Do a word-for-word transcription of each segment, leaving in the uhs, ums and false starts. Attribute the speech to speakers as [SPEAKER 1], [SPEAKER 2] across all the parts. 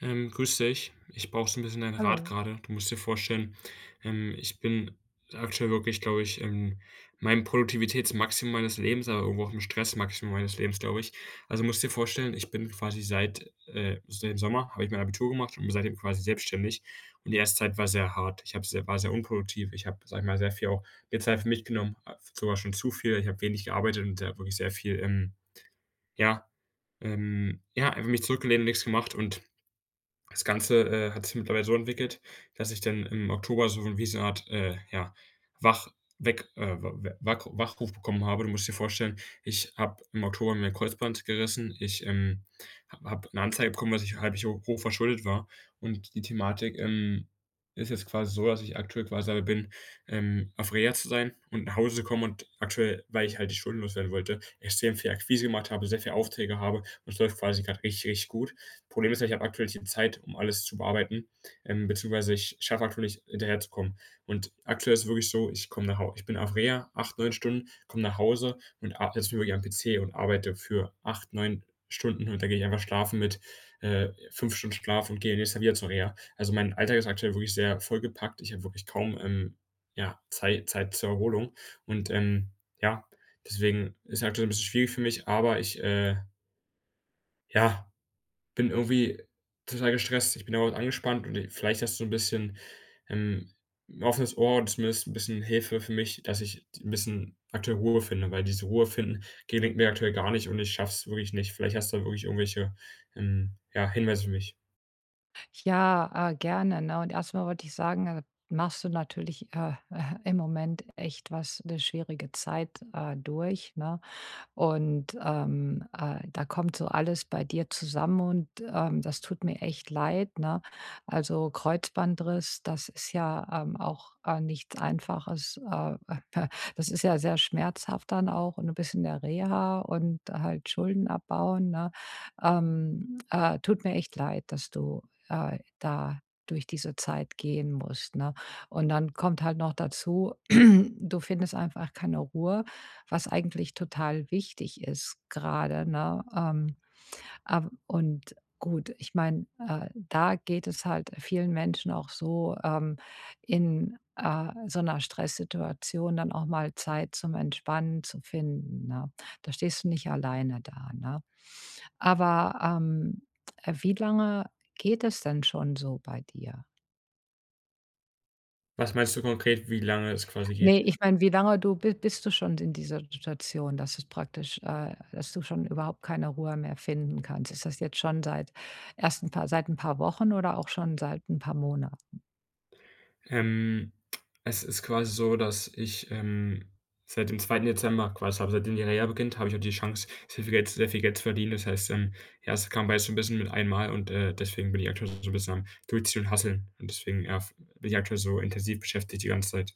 [SPEAKER 1] Ähm, grüß dich. Ich brauche so ein bisschen deinen Rat
[SPEAKER 2] Hallo.
[SPEAKER 1] gerade. Du musst dir vorstellen, ähm, ich bin aktuell wirklich, glaube ich, in meinem Produktivitätsmaximum meines Lebens, aber irgendwo auch im Stressmaximum meines Lebens, glaube ich. Also, musst dir vorstellen, ich bin quasi seit, äh seit dem Sommer habe ich mein Abitur gemacht und bin seitdem quasi selbstständig. Und die erste Zeit war sehr hart. Ich habe sehr war sehr unproduktiv. Ich habe, sage ich mal, sehr viel auch mir Zeit für mich genommen, a sogar schon zu viel. Ich habe wenig gearbeitet und da wirklich sehr viel, ähm, ja, ähm ja, einfach mich zurückgelehnt und nichts gemacht und das Ganze, äh, hat sich mittlerweile so entwickelt, dass ich dann im Oktober so wie so 'ne Art, äh, ja, wach weg äh, w Wack Wachruf bekommen habe. Du musst dir vorstellen, ich habe im Oktober mir 'n Kreuzband gerissen. Ich, ähm, habe eine Anzeige bekommen, dass ich halbwegs hoch hoch verschuldet war. Und die Thematik, ähm, ist jetzt quasi so, dass ich aktuell quasi dabei bin, ähm, auf Reha zu sein und nach Hause zu kommen und aktuell, weil ich halt die Schulden loswerden wollte, extrem viel Akquise gemacht habe, sehr viele Aufträge habe und es läuft quasi gerade richtig, richtig gut. Problem ist ja, ich habe aktuell nicht die Zeit, um alles zu bearbeiten, ähm, beziehungsweise ich schaffe aktuell nicht, hinterherzukommen. Und aktuell ist es wirklich so, ich komme nach Hause, ich bin auf Reha acht, neun Stunden, komme nach Hause und ar setze mich wirklich am P C und arbeite für acht, neun Stunden und dann gehe ich einfach schlafen mit, äh, fünf Stunden Schlaf und gehe nächstes Tag wieder zur Reha. Also, mein Alltag ist aktuell wirklich sehr vollgepackt. Ich habe wirklich kaum, ähm, ja, Zeit, Zeit zur Erholung und, ähm, ja, deswegen ist es aktuell so ein bisschen schwierig für mich, aber ich, äh, ja bin irgendwie total gestresst, ich bin dauernd angespannt und vielleicht hast du ein bisschen, ähm, 'n offenes Ohr und zumindest ein bisschen Hilfe für mich, dass ich ein bisschen aktuell Ruhe finde, weil diese Ruhe finden gelingt mir aktuell gar nicht und ich schaff's wirklich nicht. Vielleicht hast du da wirklich irgendwelche, ähm, ja, Hinweise für mich.
[SPEAKER 2] Ja, äh, Gerne, ne? Und erstmal wollte ich sagen, äh, machst du natürlich, äh, im Moment echt was eine schwierige Zeit, äh, durch, ne? Und, ähm, äh, da kommt so alles bei dir zusammen und, ähm, das tut mir echt leid, ne? Also, Kreuzbandriss, das ist ja, ähm, auch, äh, nichts Einfaches. Äh, das ist ja sehr schmerzhaft dann auch und ein bisschen der Reha und halt Schulden abbauen, ne? Ähm, äh, tut mir echt leid, dass du, äh, da durch diese Zeit gehen musst, ne? Und dann kommt halt noch dazu, du findest einfach keine Ruhe, was eigentlich total wichtig ist gerade, ne? Ähm, ab und gut, ich meine, äh, da geht es halt vielen Menschen auch so, ähm, in, äh, so einer Stresssituation dann auch mal Zeit zum Entspannen zu finden, ne? Da stehst du nicht alleine da, ne? Aber, ähm, äh, wie lange geht es denn schon so bei dir?
[SPEAKER 1] Was meinst du konkret, wie lange es quasi geht?
[SPEAKER 2] Ne, ich meine, wie lange du bi bist du schon in dieser Situation, dass es praktisch äh, dass du schon überhaupt keine Ruhe mehr finden kannst? Ist das jetzt schon seit erst 'n paar seit ein paar Wochen oder auch schon seit ein paar Monaten?
[SPEAKER 1] Ähm, Es ist quasi so, dass ich, ähm, seit dem zweiten Dezember quasi habe seitdem die Reha beginnt, habe ich auch die Chance, sehr viel Geld sehr viel Geld zu verdienen. Das heißt, ähm, ja, es kam beides so ein bisschen mit einmal und, äh, deswegen bin ich aktuell so ein bisschen am Durchziehen und Hasseln. Und deswegen, ja, f bin ich aktuell so intensiv beschäftigt die ganze Zeit.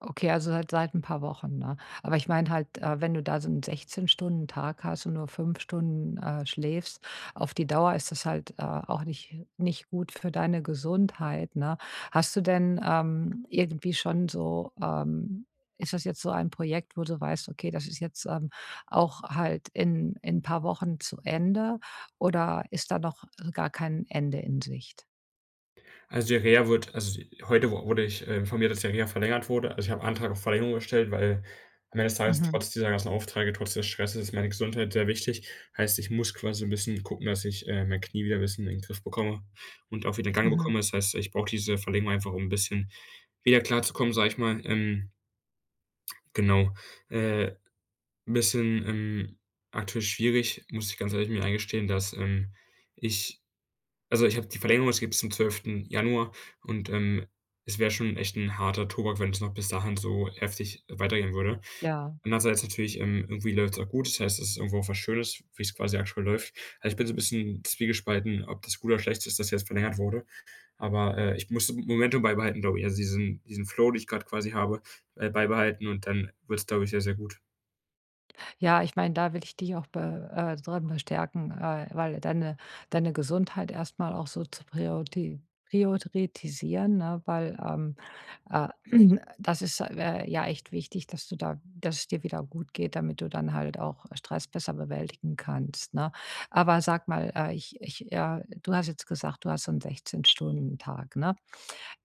[SPEAKER 2] Okay, also halt seit ein paar Wochen, ne? Aber ich meine halt, äh, wenn du da so einen sechzehn-Stunden-Tag hast und nur fünf Stunden, äh, schläfst, auf die Dauer ist das halt, äh, auch nicht nicht gut für deine Gesundheit, ne? Hast du denn, ähm, irgendwie schon so, ähm ist das jetzt so ein Projekt, wo du weißt: „Okay, das ist jetzt, ähm, auch halt in in ein paar Wochen zu Ende“, oder ist da noch gar kein Ende in Sicht?
[SPEAKER 1] Also, die Reha wird also, die, heute wu wurde ich, äh, informiert, dass die Reha verlängert wurde. Also, ich habe Antrag auf Verlängerung gestellt, weil am Ende des Tages
[SPEAKER 2] Mhm,
[SPEAKER 1] trotz dieser ganzen Aufträge, trotz des Stresses ist meine Gesundheit sehr wichtig. Heißt, ich muss quasi so 'n bisschen gucken, dass ich, äh, mein Knie wieder ein bisschen in den Griff bekomme und auch wieder in Gang
[SPEAKER 2] mhm,
[SPEAKER 1] bekomme. Das heißt, ich brauche diese Verlängerung einfach, um ein bisschen wieder klarzukommen, sage ich mal. Ähm, genau. Äh, ein bisschen, ähm, aktuell schwierig, muss ich ganz ehrlich mir eingestehen, dass, ähm, ich also, ich habe die Verlängerung, es gibt bis zum zwölften Januar und, ähm, es wäre schon echt ein harter Tobak, wenn es noch bis dahin so heftig weitergehen würde.
[SPEAKER 2] ja.
[SPEAKER 1] Andererseits natürlich, ähm, irgendwie läuft es auch gut. Das heißt, es ist irgendwo auch was Schönes, wie es quasi aktuell läuft. Also, ich bin so ein bisschen zwiegespalten, ob das gut oder schlecht ist, dass jetzt verlängert wurde. Aber, äh, ich muss Momentum beibehalten, glaube ich. Also, diesen diesen Flow, den ich gerade quasi habe, äh, beibehalten und dann wird es glaube ich, sehr, sehr gut.
[SPEAKER 2] Ja, ich meine, da will ich dich auch be äh, drin bestärken, äh, weil deine deine Gesundheit erstmal auch so zu prioriti prioritisieren, ne? Weil, ähm, äh, das ist, äh, ja echt wichtig, dass du da dass es dir wieder gut geht, damit du dann halt auch Stress besser bewältigen kannst, ne? Aber sag mal, äh, ich ich, äh du hast jetzt gesagt, du hast so 'n sechzehn Stunden Tag, ne?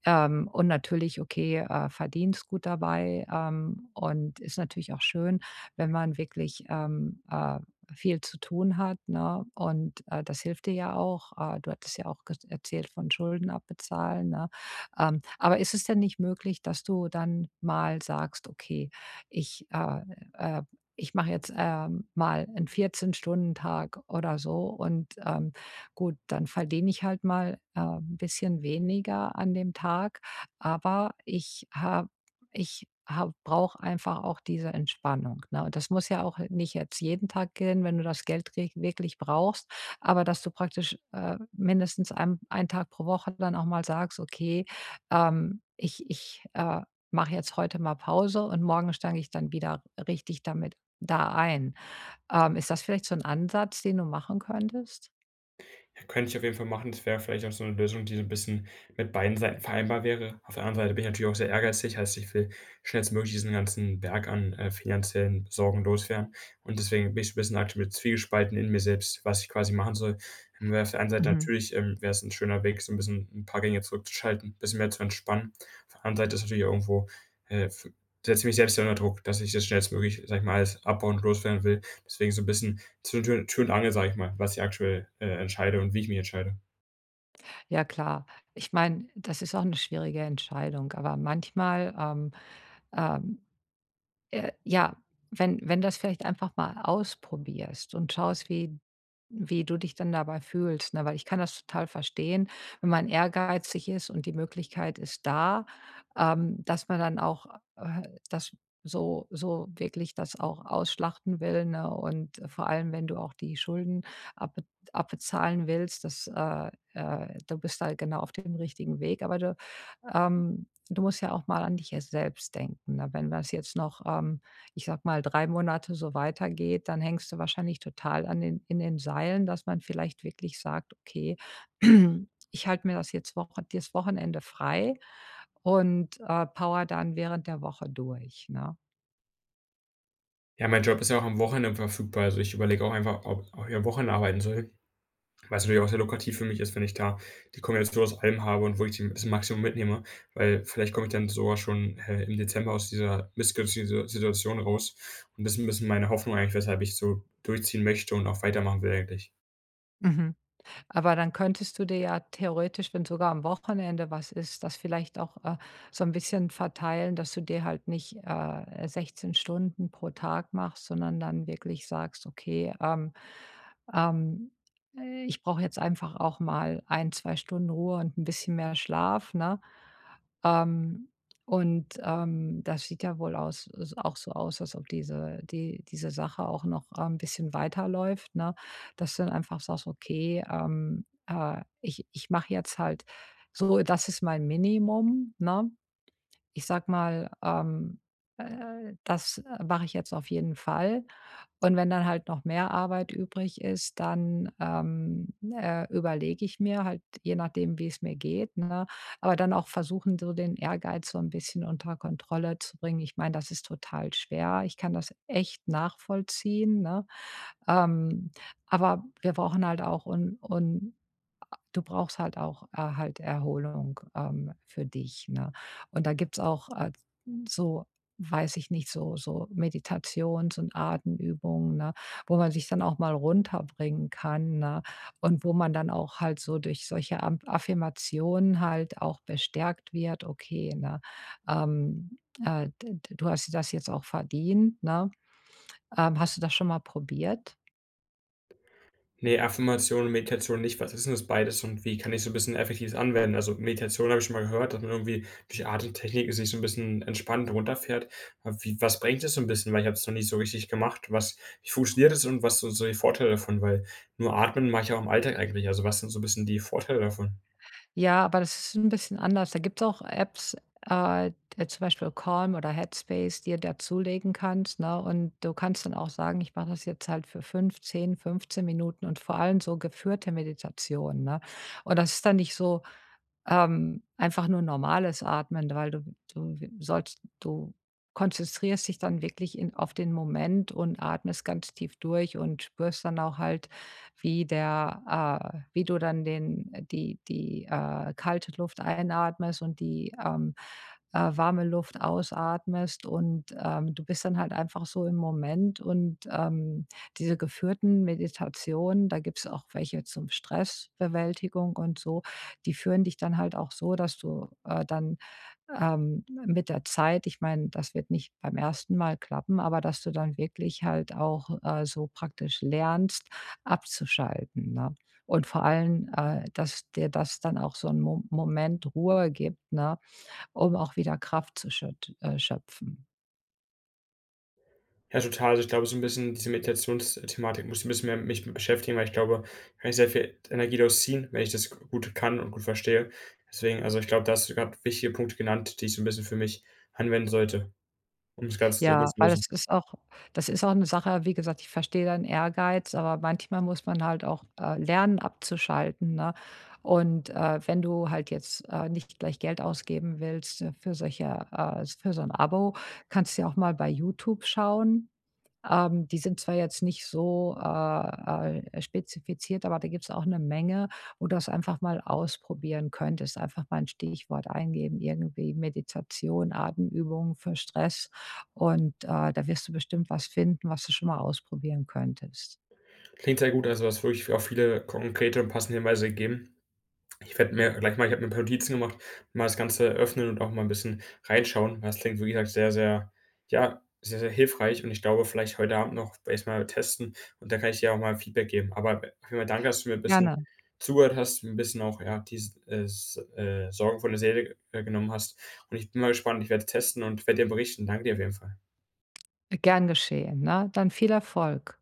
[SPEAKER 2] Ähm, und natürlich, okay, äh, verdienst gut dabei, ähm, und ist natürlich auch schön, wenn man wirklich, ähm, äh, viel zu tun hat, ne? Und, äh, das hilft dir ja auch. Äh, du hattest ja auch ges erzählt von Schulden abbezahlen, ne? Ähm, aber ist es denn nicht möglich, dass du dann mal sagst: „Okay, ich, äh, äh ich mache jetzt, ähm, mal 'n vierzehn Stunden-Tag oder so und, ähm, gut, dann verdiene ich halt mal, äh, 'n bisschen weniger an dem Tag, aber ich habe ich habe brauche einfach auch diese Entspannung, ne? Und das muss ja auch nicht jetzt jeden Tag gehen, wenn du das Geld reg wirklich brauchst, aber dass du praktisch, äh, mindestens ein einen Tag pro Woche dann auch mal sagst: „Okay, ähm, ich ich, äh, mache jetzt heute mal Pause und morgen steige ich dann wieder richtig damit da ein.“ Ähm, ist das vielleicht so ein Ansatz, den du machen könntest?
[SPEAKER 1] Ja, könnte ich auf jeden Fall machen. Das wäre vielleicht auch so 'ne Lösung, die so 'n bisschen mit beiden Seiten vereinbar wäre. Auf der anderen Seite bin ich natürlich auch sehr ehrgeizig, heißt, ich will schnellstmöglich diesen ganzen Berg an, äh, finanziellen Sorgen loswerden. Und deswegen bin ich so 'n bisschen aktuell zwiegespalten in mir selbst, was ich quasi machen soll. Ähm, weil auf der einen Seite
[SPEAKER 2] Mhm.
[SPEAKER 1] natürlich, ähm, wäre es 'n schöner Weg, so 'n bisschen 'n paar Gänge zurückzuschalten, bisschen mehr zu entspannen. Auf der anderen Seite ist natürlich irgendwo, äh, f setze ich mich selbst ja unter Druck, dass ich das schnellstmöglich, sage ich mal, alles abbauen und loswerden will. Deswegen so 'n bisschen zwischen Tür, Tür und Angel, sage ich mal, was ich aktuell äh, entscheide und wie ich mich entscheide.
[SPEAKER 2] Ja klar. Ich meine, das ist auch eine schwierige Entscheidung, aber manchmal, ähm, ähm äh, ja, wenn wenn das vielleicht einfach mal ausprobierst und schaust, wie wie du dich dann dabei fühlst, ne? Weil ich kann das total verstehen, wenn man ehrgeizig ist und die Möglichkeit ist da, ähm, dass man dann auch, äh, das so so wirklich das auch ausschlachten will, ne? Und vor allem, wenn du auch die Schulden abbe abbezahlen willst, das, äh, äh du bist da genau auf dem richtigen Weg, aber du, ähm du musst ja auch mal an dich jetzt selbst denken, ne? Wenn das jetzt noch, ähm, ich sag mal, drei Monate so weitergeht, dann hängst du wahrscheinlich total an den in den Seilen, dass man vielleicht wirklich sagt: „Okay, ich halte mir das jetzt Woche das Wochenende frei und, äh, powere dann während der Woche durch“, ne?
[SPEAKER 1] Ja, mein Job ist ja auch am Wochenende verfügbar. Also ich überlege auch einfach, ob, ob ich am Wochenende arbeiten soll. Was natürlich auch sehr lukrativ für mich ist, wenn ich da die Kombination aus allem habe und wo ich die, das Maximum mitnehme. Weil vielleicht komme ich dann sogar schon äh, im Dezember aus dieser missgünstigen Situ- Situation raus. Und das ist ein bisschen meine Hoffnung eigentlich, weshalb ich so durchziehen möchte und auch weitermachen will eigentlich.
[SPEAKER 2] Mhm. Aber dann könntest du dir ja theoretisch, wenn sogar am Wochenende was ist, das vielleicht auch, äh, so ein bisschen verteilen, dass du dir halt nicht, äh, sechzehn Stunden pro Tag machst, sondern dann wirklich sagst: „Okay, ähm, ähm, äh, ich brauche jetzt einfach auch mal ein zwei Stunden Ruhe und ein bisschen mehr Schlaf“, ne? Ähm, und, ähm, Das sieht ja wohl aus s auch so aus, als ob diese die diese Sache auch noch, ähm, 'n bisschen weiterläuft, ne? Dass du dann einfach sagst: „Okay, ähm, äh, ich ich mache jetzt halt so, das ist mein Minimum“, ne? Ich sag mal, ähm, äh, das äh, mache ich jetzt auf jeden Fall. Und wenn dann halt noch mehr Arbeit übrig ist, dann, ähm, äh, überlege ich mir halt, je nachdem, wie es mir geht, ne? Aber dann auch versuchen, so den Ehrgeiz so ein bisschen unter Kontrolle zu bringen. Ich meine, das ist total schwer. Ich kann das echt nachvollziehen, ne? Ähm, aber wir brauchen halt auch und und du brauchst halt auch, äh, halt Erholung, ähm, für dich, ne? Und da gibt's auch, äh, so weiß ich nicht, so so Meditations und Atemübungen, ne, wo man sich dann auch mal runterbringen kann, ne, und wo man dann auch halt so durch solche Am Affirmationen halt auch bestärkt wird: „Okay, ne, ähm, äh, d d du hast das jetzt auch verdient“, ne? Ähm, hast du das schon mal probiert?
[SPEAKER 1] Ne, Affirmation und Meditation nicht. Was ist denn das beides und wie kann ich so 'n bisschen effektiv anwenden? Also, Meditation habe ich schon mal gehört, dass man irgendwie durch Atemtechniken sich so 'n bisschen entspannt runterfährt. Aber wie was bringt das so 'n bisschen? Weil ich habe es noch nicht so richtig gemacht. Was wie funktioniert das und was sind so die Vorteile davon? Weil nur atmen mache ich auch im Alltag eigentlich. Also, was sind so 'n bisschen die Vorteile davon?
[SPEAKER 2] Ja, aber das ist ein bisschen anders. Da gibt es auch Apps, äh, äh, zum Beispiel Calm oder Headspace, die du dazulegen kannst, ne? Und du kannst dann auch sagen: „Ich mache das jetzt halt für fünf, zehn, fünfzehn Minuten“ und vor allem so geführte Meditationen, ne? Und das ist dann nicht so, ähm, einfach nur normales Atmen, weil du du sollst du konzentrierst dich dann wirklich in auf den Moment und atmest ganz tief durch und spürst dann auch halt, wie der, äh wie du dann den die die, äh, kalte Luft einatmest und die, ähm, äh, warme Luft ausatmest und, ähm, du bist dann halt einfach so im Moment und, ähm, diese geführten Meditationen, da gibt es auch welche zum Stressbewältigung und so, die führen dich dann halt auch so, dass du, äh, dann, ähm, mit der Zeit ich meine, das wird nicht beim ersten Mal klappen, aber dass du dann wirklich halt auch, äh, so praktisch lernst, abzuschalten, ne? Und vor allem, äh, dass dir das dann auch so einen Mo Moment Ruhe gibt, ne, um auch wieder Kraft zu schöt äh, schöpfen.
[SPEAKER 1] Ja, total. Also, ich glaube, so ein bisschen diese Meditationsthematik muss ich ein bisschen mehr mich mit beschäftigen, weil ich glaube, da kann ich sehr viel Energie daraus ziehen, wenn ich das g gut kann und gut verstehe. Deswegen also, ich glaube, da hast du grad wichtige Punkte genannt, die ich so ein bisschen für mich anwenden sollte, um das Ganze sehr gut
[SPEAKER 2] Ja,
[SPEAKER 1] zu
[SPEAKER 2] weil
[SPEAKER 1] lösen.
[SPEAKER 2] das ist auch das ist auch eine Sache, wie gesagt, ich verstehe deinen Ehrgeiz, aber manchmal muss man halt auch, äh, lernen abzuschalten, ne? Und, äh, wenn du halt jetzt, äh, nicht gleich Geld ausgeben willst, äh, für solche äh, für so ein Abo, kannst du ja auch mal bei YouTube schauen. Ähm, die sind zwar jetzt nicht so, äh, äh, spezifiziert, aber da gibt's auch eine Menge, wo du das einfach mal ausprobieren könntest. Einfach mal ein Stichwort eingeben, irgendwie Meditation, Atemübungen für Stress und, äh, da wirst du bestimmt was finden, was du schon mal ausprobieren könntest.
[SPEAKER 1] Klingt sehr gut, also, du hast wirklich auch viele konkrete und passende Hinweise gegeben. Ich werde mir gleich mal ich habe mir ein paar Notizen gemacht, mal das Ganze öffnen und auch mal ein bisschen reinschauen, weil es klingt, wie gesagt, sehr, sehr ja, sehr, sehr hilfreich und ich glaube, vielleicht heute Abend noch erstmal testen und da kann ich dir auch mal Feedback geben. Aber auf jeden Fall danke, dass du mir ein bisschen
[SPEAKER 2] Gerne,
[SPEAKER 1] zugehört hast, ein bisschen auch, ja, diese, äh, S äh, Sorgen von der Seele, äh, genommen hast. Und ich bin mal gespannt. Ich werde testen und werde dir berichten. Danke dir auf jeden Fall.
[SPEAKER 2] gern geschehen, ne? Dann viel Erfolg.